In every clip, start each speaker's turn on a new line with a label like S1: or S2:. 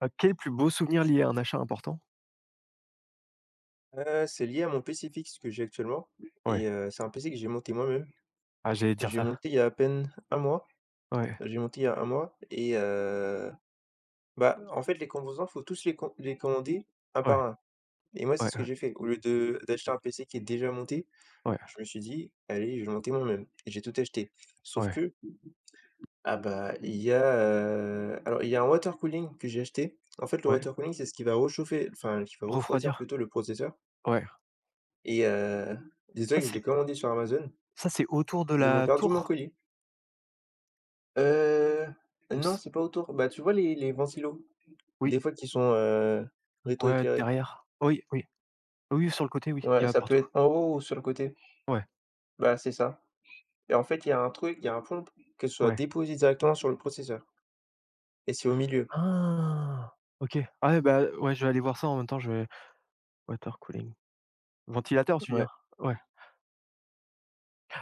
S1: Ah, quel plus beau souvenir lié à un achat important?
S2: C'est lié à mon PC fixe que j'ai actuellement et
S1: Ouais.
S2: c'est un PC que j'ai monté moi-même.
S1: Ah, j'allais dire
S2: J'ai
S1: ça.
S2: monté il y a à peine un mois,
S1: Ouais,
S2: j'ai monté il y a 1 mois et bah, en fait, les composants, faut tous les commander un par
S1: ouais,
S2: un et moi, c'est
S1: ouais,
S2: ce que
S1: ouais,
S2: j'ai fait. Au lieu de d'acheter un PC qui est déjà monté,
S1: ouais,
S2: je me suis dit: «Allez, je vais le monter moi-même» et j'ai tout acheté. Sauf
S1: ouais,
S2: que, ah bah, il y a un water cooling que j'ai acheté. En fait, le
S1: ouais.
S2: water cooling, c'est ce qui va réchauffer, enfin, qui va refroidir
S1: Refroidir?
S2: plutôt le processeur
S1: Ouais.
S2: et dis-toi
S1: Ça,
S2: que je l'ai
S1: c'est
S2: commandé sur Amazon.
S1: c'est autour de
S2: Ils m'ont
S1: la
S2: perdu mon
S1: tour?
S2: colis. Heu,
S1: Il me
S2: non,
S1: s
S2: c'est pas autour. Bah, tu vois les ventilos?
S1: oui,
S2: Des fois qui sont,
S1: ouais,
S2: rétroéclairés.
S1: derrière. Oui, oui. Oui, sur le côté, oui, il
S2: Ouais,
S1: y a
S2: ça peut
S1: partout.
S2: être en haut ou sur le côté.
S1: Ouais,
S2: Bah, c'est ça et en fait, il y a un prompt que ce soit
S1: ouais.
S2: déposé directement sur le processeur et c'est au milieu.
S1: Ah! OK. Ah ouais, bah, ouais, je vais aller voir ça en même temps, je vais water cooling. Ventilateur, tu veux
S2: Ouais.
S1: dire? Ouais.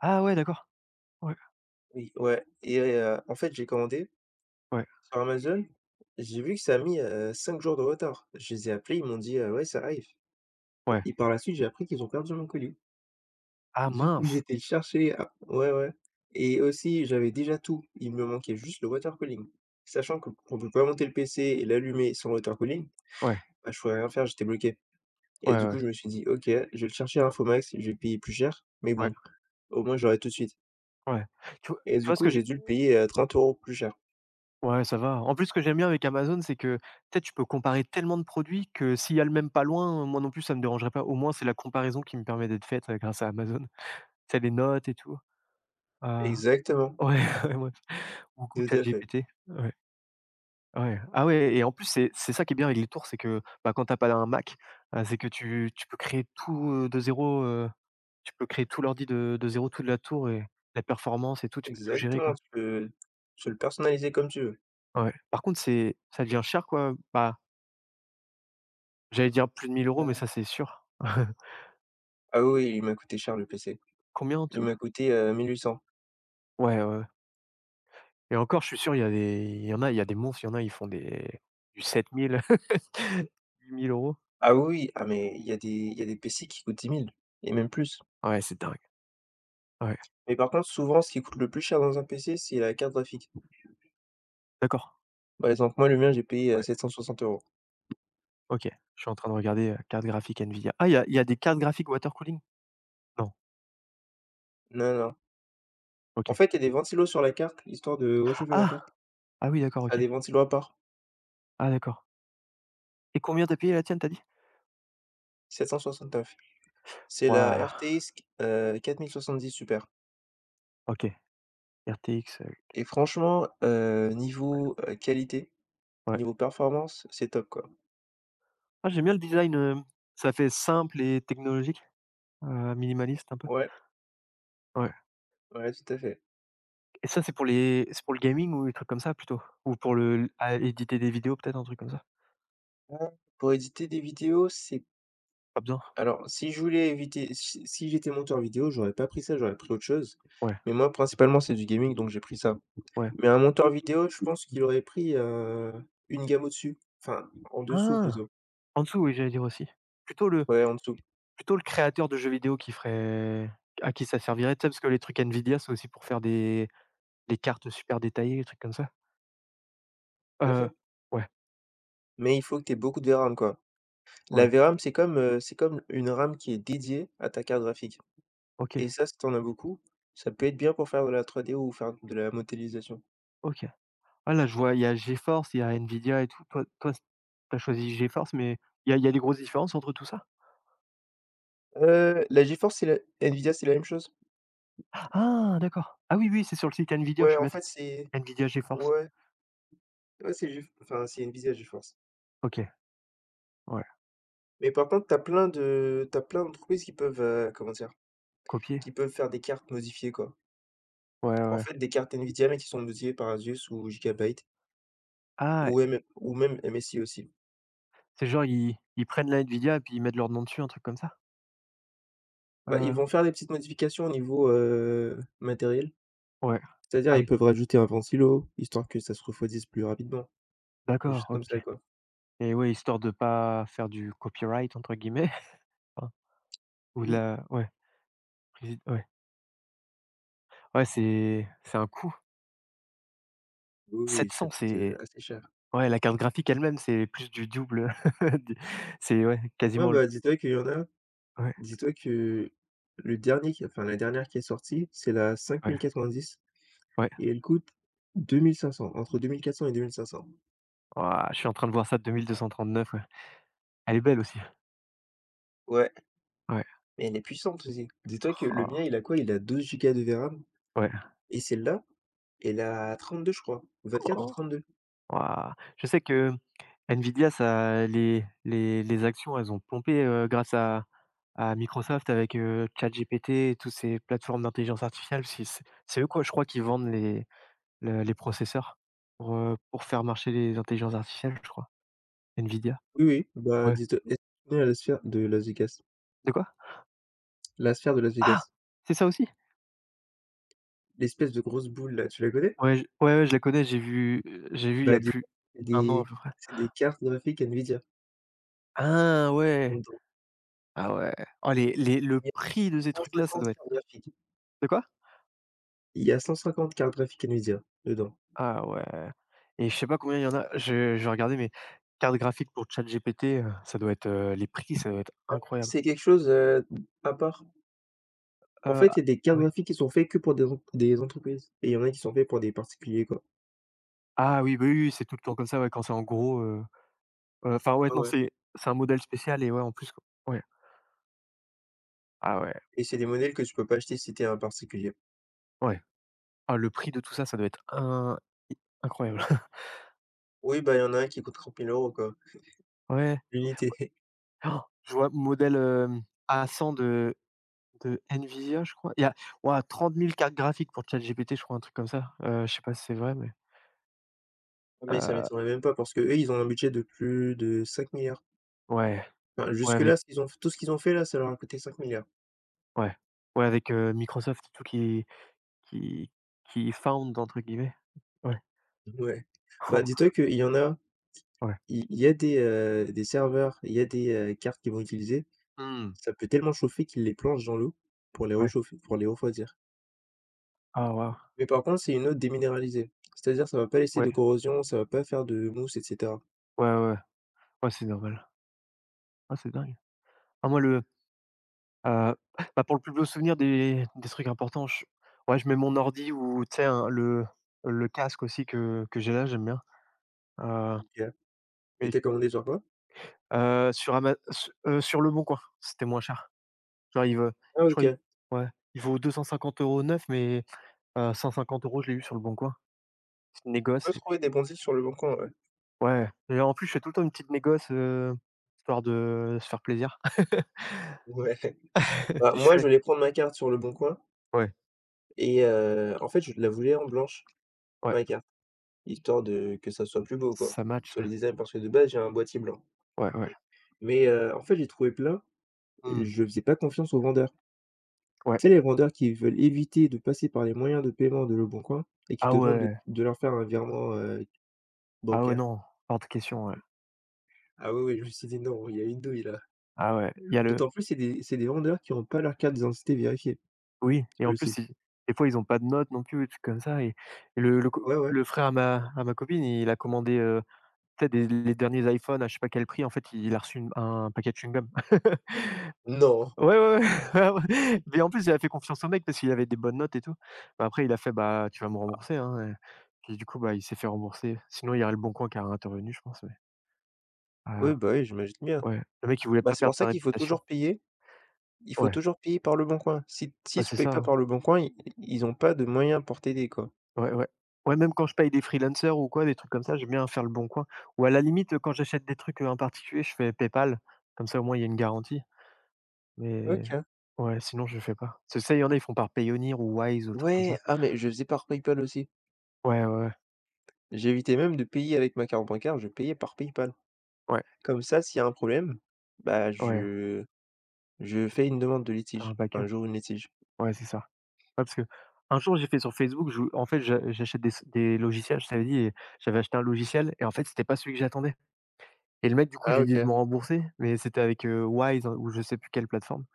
S1: Ah ouais, d'accord. Ouais,
S2: Oui, ouais et en fait, j'ai commandé
S1: ouais,
S2: sur Amazon. J'ai vu que ça a mis, 5 jours de retard. Je les ai appelés, ils m'ont dit: Ouais, ça arrive». Bah,
S1: ouais.
S2: et par la suite, j'ai appris qu'ils ont perdu mon colis.
S1: Ah
S2: Du coup,
S1: mince!
S2: j'étais chercher à ouais, ouais et aussi j'avais déjà tout, il me manquait juste le watercooling. Sachant que qu'on peut pas monter le PC et l'allumer sans watercooling,
S1: Ouais,
S2: bah, je pouvais rien faire, j'étais bloqué
S1: ouais,
S2: et du
S1: ouais,
S2: coup, je me suis dit: «OK, je vais le chercher à Infomax, je vais payer plus cher, mais
S1: ouais,
S2: bon, au moins j'aurai tout de suite»
S1: ouais. Tu vois
S2: et
S1: tu
S2: du
S1: vois ce
S2: coup,
S1: que
S2: j'ai
S1: j'ai.
S2: dû le payer, à 30 € plus cher.
S1: Ouais, ça va. En plus, ce que j'aime bien avec Amazon, c'est que, peut-être tu peux comparer tellement de produits que s'il y a le même pas loin, moi non plus, ça me dérangerait pas. Au moins, c'est la comparaison qui me permet d'être faite, grâce à Amazon. Tu les notes et tout. Heu,
S2: Exactement,
S1: ouais, ouais, ouais, ou
S2: tout à fait,
S1: ChatGPT. Ouais, ouais. Ah ouais et en plus, c'est ça qui est bien avec les tours, c'est que, bah, quand t'as pas un Mac, c'est que tu peux créer tout, de zéro. Tu peux créer tout l'ordi de zéro, tout de la tour et la performance et tout, tu peux tout gérer,
S2: exactement,
S1: quoi.
S2: tu peux le personnaliser comme tu veux.
S1: Ouais. Par contre, c'est ça devient cher, quoi. J'allais dire plus de 1 000 euros,
S2: Ouais.
S1: mais ça, c'est sûr.
S2: Ah oui, il m'a coûté cher le PC.
S1: Combien en
S2: Il
S1: tout?
S2: m'a coûté, 1 800.
S1: Ouais, ouais, ouais, et encore, je suis sûr, il y a des il y a des monstres, il y en a, ils font des du 7 000, 8 000 euros.
S2: Ah oui, oui, ah mais il y a des PC qui coûtent 10 000 et même plus.
S1: Ouais, c'est dingue. Ouais,
S2: Mais par contre, souvent, ce qui coûte le plus cher dans un PC, c'est la carte graphique.
S1: d'accord.
S2: Par exemple, moi, le mien, j'ai payé,
S1: Ouais,
S2: 760 €.
S1: OK. Je suis en train de regarder, carte graphique Nvidia. Ah, il y a des cartes graphiques water cooling? Non,
S2: Non, non. En
S1: OK.
S2: fait, il y a des ventilos sur la carte, histoire de réchauffer la
S1: Ah!
S2: carte.
S1: Ah oui, d'accord,
S2: Ça a
S1: OK.
S2: des ventilos à part,
S1: Ah d'accord, et combien t'as payé la tienne, t'as dit?
S2: 769. C'est la
S1: Waouh!
S2: RTX, 4070 Super
S1: OK, RTX,
S2: et franchement, niveau, qualité,
S1: ouais.
S2: niveau performance, c'est top, quoi.
S1: Ah, j'aime bien le design, ça fait simple et technologique, minimaliste un peu.
S2: Ouais,
S1: Ouais.
S2: ouais, tout à fait.
S1: Et ça, c'est pour les c'est pour le gaming ou les trucs comme ça plutôt? Ou pour le à éditer des vidéos peut-être, un truc comme ça?
S2: Ah, pour éditer des vidéos, c'est
S1: Pas besoin?
S2: alors, si je voulais éviter si si j'étais monteur vidéo, j'aurais pas pris ça, j'aurais pris autre chose.
S1: Ouais,
S2: Mais moi, principalement, c'est du gaming, donc j'ai pris ça.
S1: ouais.
S2: Mais un monteur vidéo, je pense qu'il aurait pris, une gamme au-dessus, enfin, en dessous
S1: Ah!
S2: plutôt.
S1: En dessous, oui, j'allais dire aussi. Plutôt le
S2: Ouais, en dessous,
S1: plutôt le créateur de jeux vidéo qui ferait à qui ça servirait, tu sais? Parce que les trucs Nvidia, c'est aussi pour faire des cartes super détaillées, des trucs comme ça?
S2: tout à
S1: Euh,
S2: fait.
S1: ouais,
S2: Mais il faut que tu aies beaucoup de V RAM, quoi. La
S1: ouais,
S2: V RAM, c'est comme une RAM qui est dédiée à ta carte graphique
S1: OK,
S2: et ça, si t'en as beaucoup, ça peut être bien pour faire de la 3D ou faire de la modélisation.
S1: OK. Ah là, je vois, il y a GeForce, il y a Nvidia et tout. Toi, t'as choisi GeForce, mais il y a des grosses différences entre tout ça?
S2: La GeForce, c'est la Nvidia, c'est la même chose?
S1: Ah d'accord. Ah oui, oui, c'est sur le site Nvidia, je
S2: Ouais,
S1: suis
S2: en
S1: bête.
S2: fait, c'est
S1: Nvidia GeForce.
S2: ouais, ouais, c'est Gef enfin, c'est Nvidia GeForce.
S1: OK. Ouais,
S2: Mais par contre, t'as plein d'entreprises qui peuvent, comment dire?
S1: copier?
S2: Qui peuvent faire des cartes modifiées, quoi.
S1: Ouais,
S2: En
S1: ouais.
S2: fait, des cartes NVIDIA, mais qui sont modifiées par Asus ou Gigabyte
S1: Ah,
S2: ou M ou même MSI aussi.
S1: c'est genre ils prennent la Nvidia puis ils mettent leur nom dessus, un truc comme ça?
S2: Bah, ils
S1: Heu,
S2: vont faire des petites modifications au niveau, matériel.
S1: ouais.
S2: C'est-à-dire,
S1: Ah
S2: ils
S1: oui,
S2: peuvent rajouter un ventilo, histoire que ça se refroidisse plus rapidement, des choses
S1: d'accord,
S2: comme
S1: OK,
S2: ça, quoi.
S1: et ouais, histoire de pas faire du copyright entre guillemets, enfin ou de
S2: Oui,
S1: la ouais, présid ouais. Ouais, c'est un coût.
S2: oui, oui, ça
S1: 700,
S2: coûte,
S1: c'est
S2: assez cher.
S1: ouais, la carte graphique elle-même, c'est plus du double du c'est ouais,
S2: Ouais,
S1: quasiment le
S2: bah, dis-toi qu'il y en a
S1: ouais,
S2: dis-toi que le dernier qui enfin, la dernière qui est sortie, c'est la
S1: ouais,
S2: 5090.
S1: ouais.
S2: Et elle coûte deux mille cinq cents, entre 2 400 et 2 500.
S1: Waouh, je suis en train de voir ça, 2239, ouais. Elle est belle aussi.
S2: Ouais,
S1: Ouais.
S2: mais elle est puissante aussi. Dis-toi que le mien,
S1: Rah,
S2: il a quoi? Il a 12 gigas de VRAM
S1: ouais.
S2: et celle-là, elle a 32, je crois, 24 ou 32.
S1: Waouh! Je sais que Nvidia, ça les actions, elles ont pompé, grâce à Microsoft avec, ChatGPT et tous ces plateformes d'intelligence artificielle. Parce que c'est eux quoi, je crois, qui vendent les le les processeurs pour faire marcher les intelligences artificielles, je crois. Nvidia,
S2: Oui, oui, bah,
S1: ouais.
S2: dis-toi, est-ce que tu connais la sphère de Las Vegas?
S1: De quoi?
S2: La sphère de Las
S1: Ah!
S2: Vegas,
S1: C'est ça aussi?
S2: l'espèce de grosse boule là, tu la connais?
S1: Ouais, je ouais, ouais, je la connais, j'ai vu il y
S2: Bah,
S1: a
S2: dis
S1: plus
S2: c'est
S1: 1 an à
S2: des
S1: peu près.
S2: c'est des cartes graphiques NVIDIA
S1: Ah
S2: en
S1: ouais!
S2: dedans.
S1: Ah ouais! Oh les le
S2: Il y a
S1: prix de ces trucs-là, ça
S2: 150
S1: doit être
S2: cartes graphiques.
S1: de quoi?
S2: Il y a 150 cartes graphiques NVIDIA dedans.
S1: Ah ouais, et je sais pas combien il y en a, je vais regarder, mais carte graphique pour ChatGPT, ça doit être, les prix, ça doit être incroyable.
S2: C'est quelque chose, à part. En
S1: Heu,
S2: fait,
S1: ah
S2: il y a des
S1: ah
S2: cartes
S1: ouais.
S2: graphiques qui sont faites que pour des entreprises et il y en a qui sont faits pour des particuliers, quoi.
S1: Ah oui, bah, oui, oui, c'est tout le temps comme ça, ouais, quand c'est en gros, enfin, ouais,
S2: Ouais,
S1: non,
S2: ouais
S1: c'est un modèle spécial, et ouais, en plus, ouais. Ah ouais,
S2: et c'est des modèles que tu peux pas acheter si t'es un particulier.
S1: ouais. Ah, le prix de tout ça, ça doit être in incroyable.
S2: Oui, bah, il y en a un qui coûte 30 000 € quoi,
S1: Ouais,
S2: l'unité.
S1: ouais. Je vois modèle, A100 de Nvidia, je crois. Il y a, waouh, 30 000 cartes graphiques pour ChatGPT, je crois, un truc comme ça. Je sais pas si c'est vrai, mais
S2: Mais ça
S1: heu,
S2: m'étonnerait même pas parce que eux ils ont un budget de plus de 5 milliards.
S1: ouais,
S2: Enfin,
S1: ouais,
S2: jusque là,
S1: avec
S2: ce qu'ils ont tout ce qu'ils ont fait là, ça leur a coûté 5 milliards.
S1: ouais. Ouais, avec, Microsoft, tout qui qui qui «found» entre guillemets. Ouais.
S2: Ouais. Bah, dis-toi qu'il y en a,
S1: Ouais.
S2: il y a des serveurs, il y a des, cartes qu'ils vont utiliser,
S1: Mmh.
S2: ça peut tellement chauffer qu'ils les plongent dans l'eau
S1: Ouais.
S2: pour les refroidir.
S1: Ah waouh.
S2: Mais par contre, c'est une eau déminéralisée. C'est-à-dire, ça va pas laisser
S1: Ouais.
S2: de corrosion, ça va pas faire de mousse, et cetera.
S1: Ouais, ouais, ouais. Ouais, c'est normal. Ah, c'est dingue. Ah moi le, heu, bah, pour le plus beau souvenir des trucs importants, je ouais, je mets mon ordi ou tu sais un le casque aussi que j'ai là, j'aime bien. Heu,
S2: OK et
S1: mais,
S2: tu commandé sur quoi?
S1: sur Ama su sur Leboncoin, c'était moins cher. Genre il va
S2: Ah
S1: je
S2: OK.
S1: crois il
S2: Tu
S1: ouais, il vaut 250 euros neuf, mais, 150 euros je l'ai eu sur le bon Leboncoin. Petite négoce
S2: peux
S1: et
S2: trouver
S1: puis
S2: des bons deals sur le Leboncoin, ouais.
S1: ouais, et en plus, je fais tout le temps une petite négoce, histoire de se faire plaisir.
S2: Ouais. Bah,
S1: Si je
S2: moi, je
S1: fais
S2: voulais prendre ma carte sur le bon coin.
S1: ouais,
S2: Et en fait, je la voulais en blanche,
S1: ouais,
S2: ma carte, histoire de que ça soit plus beau, quoi,
S1: ça match,
S2: sur
S1: ouais.
S2: les designs, parce que de base, j'ai un boîtier blanc.
S1: Ouais, ouais.
S2: Mais en fait, j'ai trouvé plein,
S1: Mmh.
S2: je faisais pas confiance aux vendeurs.
S1: Ouais.
S2: Tu sais, les vendeurs qui veulent éviter de passer par les moyens de paiement de Leboncoin et qui
S1: Ah
S2: te demandent de
S1: ouais,
S2: de leur faire un virement,
S1: ah ouais,
S2: bancaire.
S1: non, hors de question, ouais.
S2: Ah oui, oui, je me suis dit: «Non, il y a une douille là».
S1: Ah ouais, il y a le
S2: D'autant plus c'est des vendeurs qui ont pas leur carte d'identité vérifiée
S1: oui et
S2: sur
S1: en
S2: le site.
S1: plus, ils des fois, ils ont pas de notes non plus, des trucs comme ça, et
S2: Ouais, ouais.
S1: le frère à ma copine, il a commandé, tu sais, des les derniers iPhone à je sais pas quel prix, en fait, il a reçu une un paquet de chewing-gum.
S2: Non.
S1: Ouais, ouais, ouais, mais en plus, j'avais fait confiance au mec parce qu'il avait des bonnes notes et tout. Bah, après, il a fait: «Bah, tu vas me rembourser, hein», puis du coup, bah, il s'est fait rembourser. Sinon, il y aurait Le Bon Coin qui aurait intervenu, je pense, mais heu,
S2: Oui, bah, oui, j'imagine bien.
S1: ouais, le mec, il voulait
S2: Bah,
S1: pas
S2: c'est pour
S1: perdre
S2: ça
S1: sa
S2: qu'il faut
S1: réputation.
S2: toujours payer il faut
S1: Ouais,
S2: toujours payer par Leboncoin. Si
S1: bah,
S2: si tu
S1: c'est
S2: payes
S1: ça,
S2: pas
S1: hein.
S2: par Leboncoin, i ils n'ont pas de moyens pour t'aider, quoi.
S1: Ouais, ouais. Ouais, même quand je paye des freelancers ou quoi, des trucs comme ça, j'aime bien faire Le Bon Coin ou à la limite, quand j'achète des trucs, en particulier, je fais PayPal. Comme ça, au moins, il y a une garantie, mais
S2: OK.
S1: ouais, sinon, je fais pas. C'est ça, il y en a, ils font par Payoneer ou Wise ou trucs comme ça.
S2: Ouais, ah mais je faisais par PayPal aussi.
S1: Ouais, ouais, ouais.
S2: J'évitais même de payer avec ma carte bancaire, je payais par PayPal.
S1: Ouais,
S2: Comme ça, s'il y a un problème, bah,
S1: ouais,
S2: je fais une demande de litige,
S1: un pack.
S2: enfin, j'ouvre une litige.
S1: Ouais, c'est ça. Ouais, parce que un jour, j'ai fait sur Facebook, j'a j'achète des logiciels, je t'avais dit, et j'avais acheté un logiciel et en fait, c'était pas celui que j'attendais, et le mec, du coup,
S2: Ah
S1: j'ai essayé de
S2: OK.
S1: me rembourser, mais c'était avec, Wise hein, ou je sais plus quelle plateforme,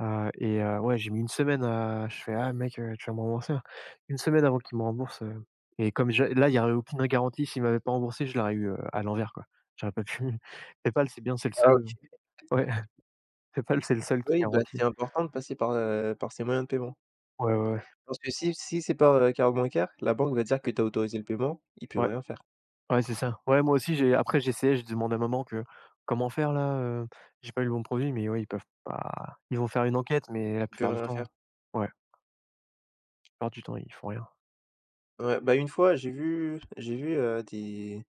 S1: ouais, j'ai mis une semaine à je fais: «Ah mec, tu vas me rembourser, hein». une semaine avant qu'il me rembourse, et comme je là, il y aurait aucune garantie, s'il m'avait pas remboursé, je l'aurais eu, à l'envers, quoi. J'aurais pas pu PayPal, c'est bien, c'est le
S2: Ah
S1: seul,
S2: OK.
S1: ouais, PayPal, c'est le seul qui
S2: Oui, bah,
S1: garantit.
S2: c'est important de passer par ces moyens de paiement.
S1: Ouais, ouais, ouais.
S2: Parce que si c'est par, carte bancaire, la banque va dire que tu as autorisé le paiement, ils peuvent
S1: Ouais.
S2: rien faire.
S1: Ouais, c'est ça. Ouais, moi aussi, j'ai essayé, j'ai demandé à maman que: «Comment faire là, j'ai pas eu le bon produit?» mais ouais, ils peuvent pas, ils vont faire une enquête, mais la
S2: Ils peuvent
S1: plupart du
S2: rien faire.
S1: temps ouais, la plupart du temps, ils font rien.
S2: Ouais, bah, une fois, j'ai vu, des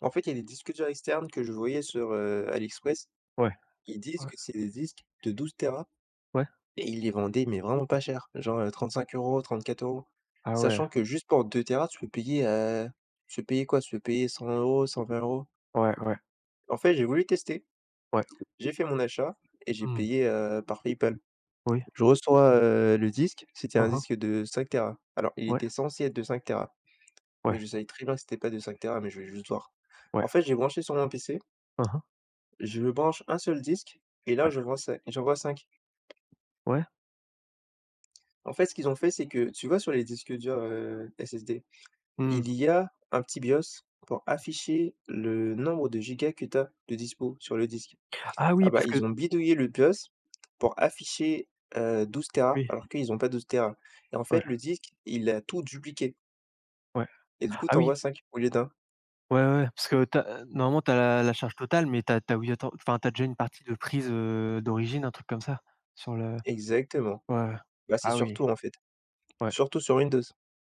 S2: en fait, il y a des disques durs externes que je voyais sur, AliExpress.
S1: Ouais,
S2: Ils disent
S1: ouais,
S2: que c'est des disques de 12 téra.
S1: ouais.
S2: Et ils les vendaient, mais vraiment pas cher, genre, 35 €, 34 euros.
S1: Ah ouais,
S2: Sachant que juste pour 2 téras, tu peux payer quoi? Tu peux payer 100 €, 120 euros.
S1: ouais, ouais,
S2: En fait, j'ai voulu tester,
S1: ouais.
S2: j'ai fait mon achat et j'ai
S1: Mmh.
S2: payé, par PayPal.
S1: Oui.
S2: Je reçois, le disque, c'était
S1: Mmh
S2: un
S1: mh.
S2: disque de 5 téras. Alors, il
S1: Ouais,
S2: était censé être de 5 téras, mais
S1: ouais,
S2: je savais très bien que c'était pas de 5 téras, mais je vais juste voir.
S1: ouais.
S2: En fait, j'ai branché sur mon PC,
S1: Mmh.
S2: je branche un seul disque et là,
S1: Ouais,
S2: je vois ça, j'en vois 5.
S1: ouais.
S2: En fait, ce qu'ils ont fait, c'est que tu vois sur les disques durs, SSD?
S1: Mmh.
S2: Il y a un petit BIOS pour afficher le nombre de gigas que tu as de dispo sur le disque.
S1: Ah
S2: Ah
S1: oui,
S2: bah,
S1: parce que
S2: ils ont bidouillé le BIOS pour afficher, 12 téras
S1: oui,
S2: alors qu'ils ont pas 12 téras et en
S1: ouais,
S2: fait, le disque, il a tout dupliqué
S1: ouais.
S2: et du coup,
S1: Ah
S2: tu
S1: oui,
S2: envoies 5 au lieu d'un.
S1: ouais, ouais, ouais, parce que tu normalement, t'as la charge totale, mais t'as tu as obligato enfin, t'as déjà une partie de prise, d'origine, un truc comme ça? Sur le
S2: Exactement.
S1: ouais, ouais.
S2: Bah, c'est
S1: Ah oui,
S2: surtout, en fait,
S1: ouais,
S2: surtout sur Windows,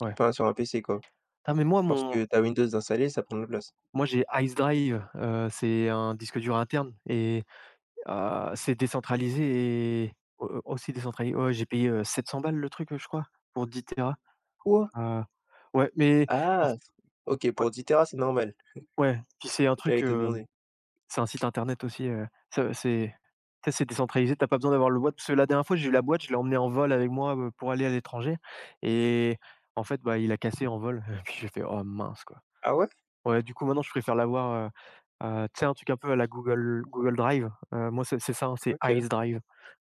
S1: ouais.
S2: enfin sur un PC, quoi,
S1: Ah mais moi
S2: parce
S1: mon
S2: que tu Windows d'installer, ça prend de la place.
S1: moi j'ai Ice Drive, c'est un disque dur interne et c'est décentralisé et au aussi décentralisé, ouais, j'ai payé, 700 balles le truc, je crois, pour 10 téras.
S2: Quoi?
S1: Heu, ouais, mais en f
S2: Ah! OK,
S1: ouais,
S2: pour 10 téras, c'est normal.
S1: ouais, puis c'est un truc,
S2: J'allais te demander.
S1: c'est un site internet aussi, ça c'est ça c'est décentralisé, t'as pas besoin d'avoir le boîte parce que la dernière fois j'ai eu la boîte, je l'ai emmenée en vol avec moi, pour aller à l'étranger, et en fait, bah, il a cassé en vol, puis j'ai fait: «Oh mince quoi».
S2: Ah ouais?
S1: Ouais, du coup, maintenant, je préfère l'avoir, tu sais, un truc un peu à la Google Drive. Moi, c'est ça, hein, c'est
S2: OK,
S1: Ice Drive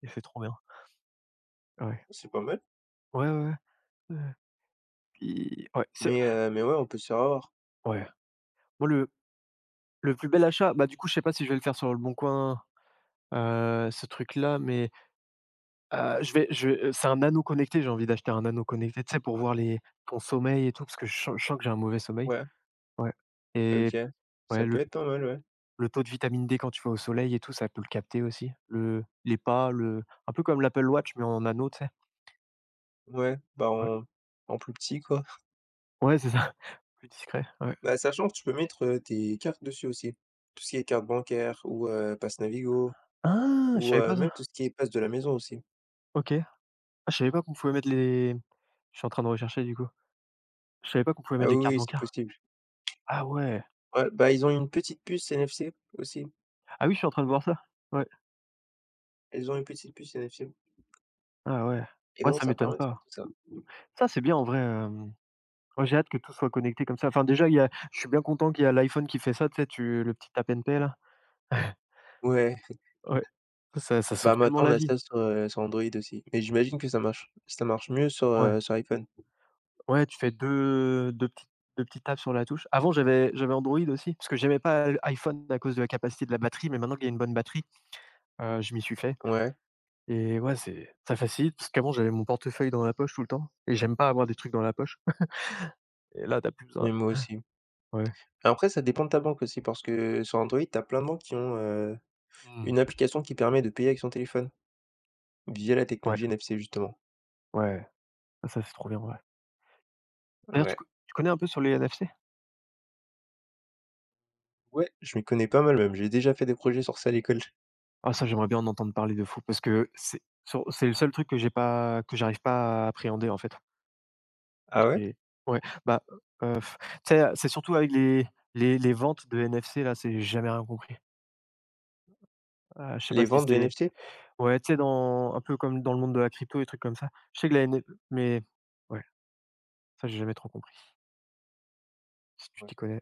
S1: et c'est trop bien. Ouais.
S2: c'est pas mal,
S1: Ouais, ouais, ouais. Ouais, puis ouais, c'est
S2: mais ouais, on peut se faire avoir.
S1: ouais. Moi, le plus bel achat, bah, du coup, je sais pas si je vais le faire sur le Leboncoin, ce truc-là, mais, je vais c'est un anneau connecté, j'ai envie d'acheter un anneau connecté, tu sais, pour voir les ton sommeil et tout, parce que je sens que j'ai un mauvais sommeil.
S2: Ouais.
S1: Ouais, et
S2: OK. Ça
S1: ouais,
S2: peut être pas mal, ouais.
S1: le taux de vitamine D quand tu vas au soleil et tout, ça peut le capter aussi. Le Les pas, le un peu comme l'Apple Watch mais en anneau, tu sais?
S2: Ouais, bah,
S1: Ouais.
S2: en plus petit, quoi.
S1: Ouais, c'est ça, plus discret, ouais.
S2: Bah, sachant que tu peux mettre, tes cartes dessus aussi. Tout ce qui est carte bancaire ou, pass Navigo
S1: Ah! Je
S2: ou,
S1: savais pas
S2: même tout
S1: ça.
S2: ce qui est passe de la maison aussi.
S1: OK. Ah, je savais pas qu'on pouvait mettre les je suis en train de rechercher du coup. Je savais pas qu'on pouvait
S2: Ah
S1: mettre les
S2: oui,
S1: cartes
S2: oui, c'est
S1: bancaires.
S2: possible.
S1: Ah ouais!
S2: Ouais, bah, ils ont une petite puce NFC aussi.
S1: Ah oui, je suis en train de voir ça. Ouais.
S2: Ils ont une petite puce NFC
S1: Ah ouais.
S2: et
S1: Ouais,
S2: donc
S1: ça
S2: ça
S1: m'étonne
S2: permet de faire
S1: pas.
S2: tout ça.
S1: Ça, c'est bien en vrai, moi j'ai hâte que tout soit connecté comme ça. Enfin déjà, il y a je suis bien content qu'il y a l'iPhone qui fait ça, tu sais, tu le petit Tap and Pay là?
S2: Ouais,
S1: Ouais. Ça ça sauve
S2: bah,
S1: tellement
S2: maintenant on
S1: la
S2: a
S1: vie.
S2: ça sur Android aussi, mais j'imagine que ça marche mieux sur,
S1: Ouais.
S2: heu, sur iPhone.
S1: Ouais, tu fais 2 petites tapes sur la touche. Avant, j'avais Android aussi, parce que j'aimais pas l iPhone à cause de la capacité de la batterie, mais maintenant qu'il y a une bonne batterie, je m'y suis fait,
S2: Ouais,
S1: et ouais, c'est ça facilite parce qu'avant, j'avais mon portefeuille dans la poche tout le temps et j'aime pas avoir des trucs dans la poche et là, t'as plus besoin.
S2: mais moi aussi.
S1: Ouais.
S2: Après ça dépend de ta banque aussi parce que sur Android, t'as plein de banques qui ont,
S1: Mmh.
S2: une application qui permet de payer avec son téléphone, via la
S1: Ouais,
S2: technologie NFC justement.
S1: ouais. Ah, ça, c'est trop bien, ouais. D'ailleurs,
S2: Ouais,
S1: tu connais un peu sur les NFC?
S2: ouais, je m'y connais pas mal même, j'ai déjà fait des projets sur ça à l'école.
S1: Ah ça, j'aimerais bien en entendre parler de fou parce que c'est le seul truc que j'arrive pas à appréhender, en fait.
S2: Ah ouais?
S1: J'ai ouais, bah, heu, tu sais, c'est surtout avec les ventes de NFC là, c'est j'ai jamais rien compris. Je sais
S2: Les
S1: pas si
S2: ventes de
S1: c'est
S2: NFC?
S1: ouais, tu sais, dans un peu comme dans le monde de la crypto, et trucs comme ça. Je sais que la N F C, mais ouais, ça j'ai jamais trop compris, si tu
S2: Ouais.
S1: t'y connais.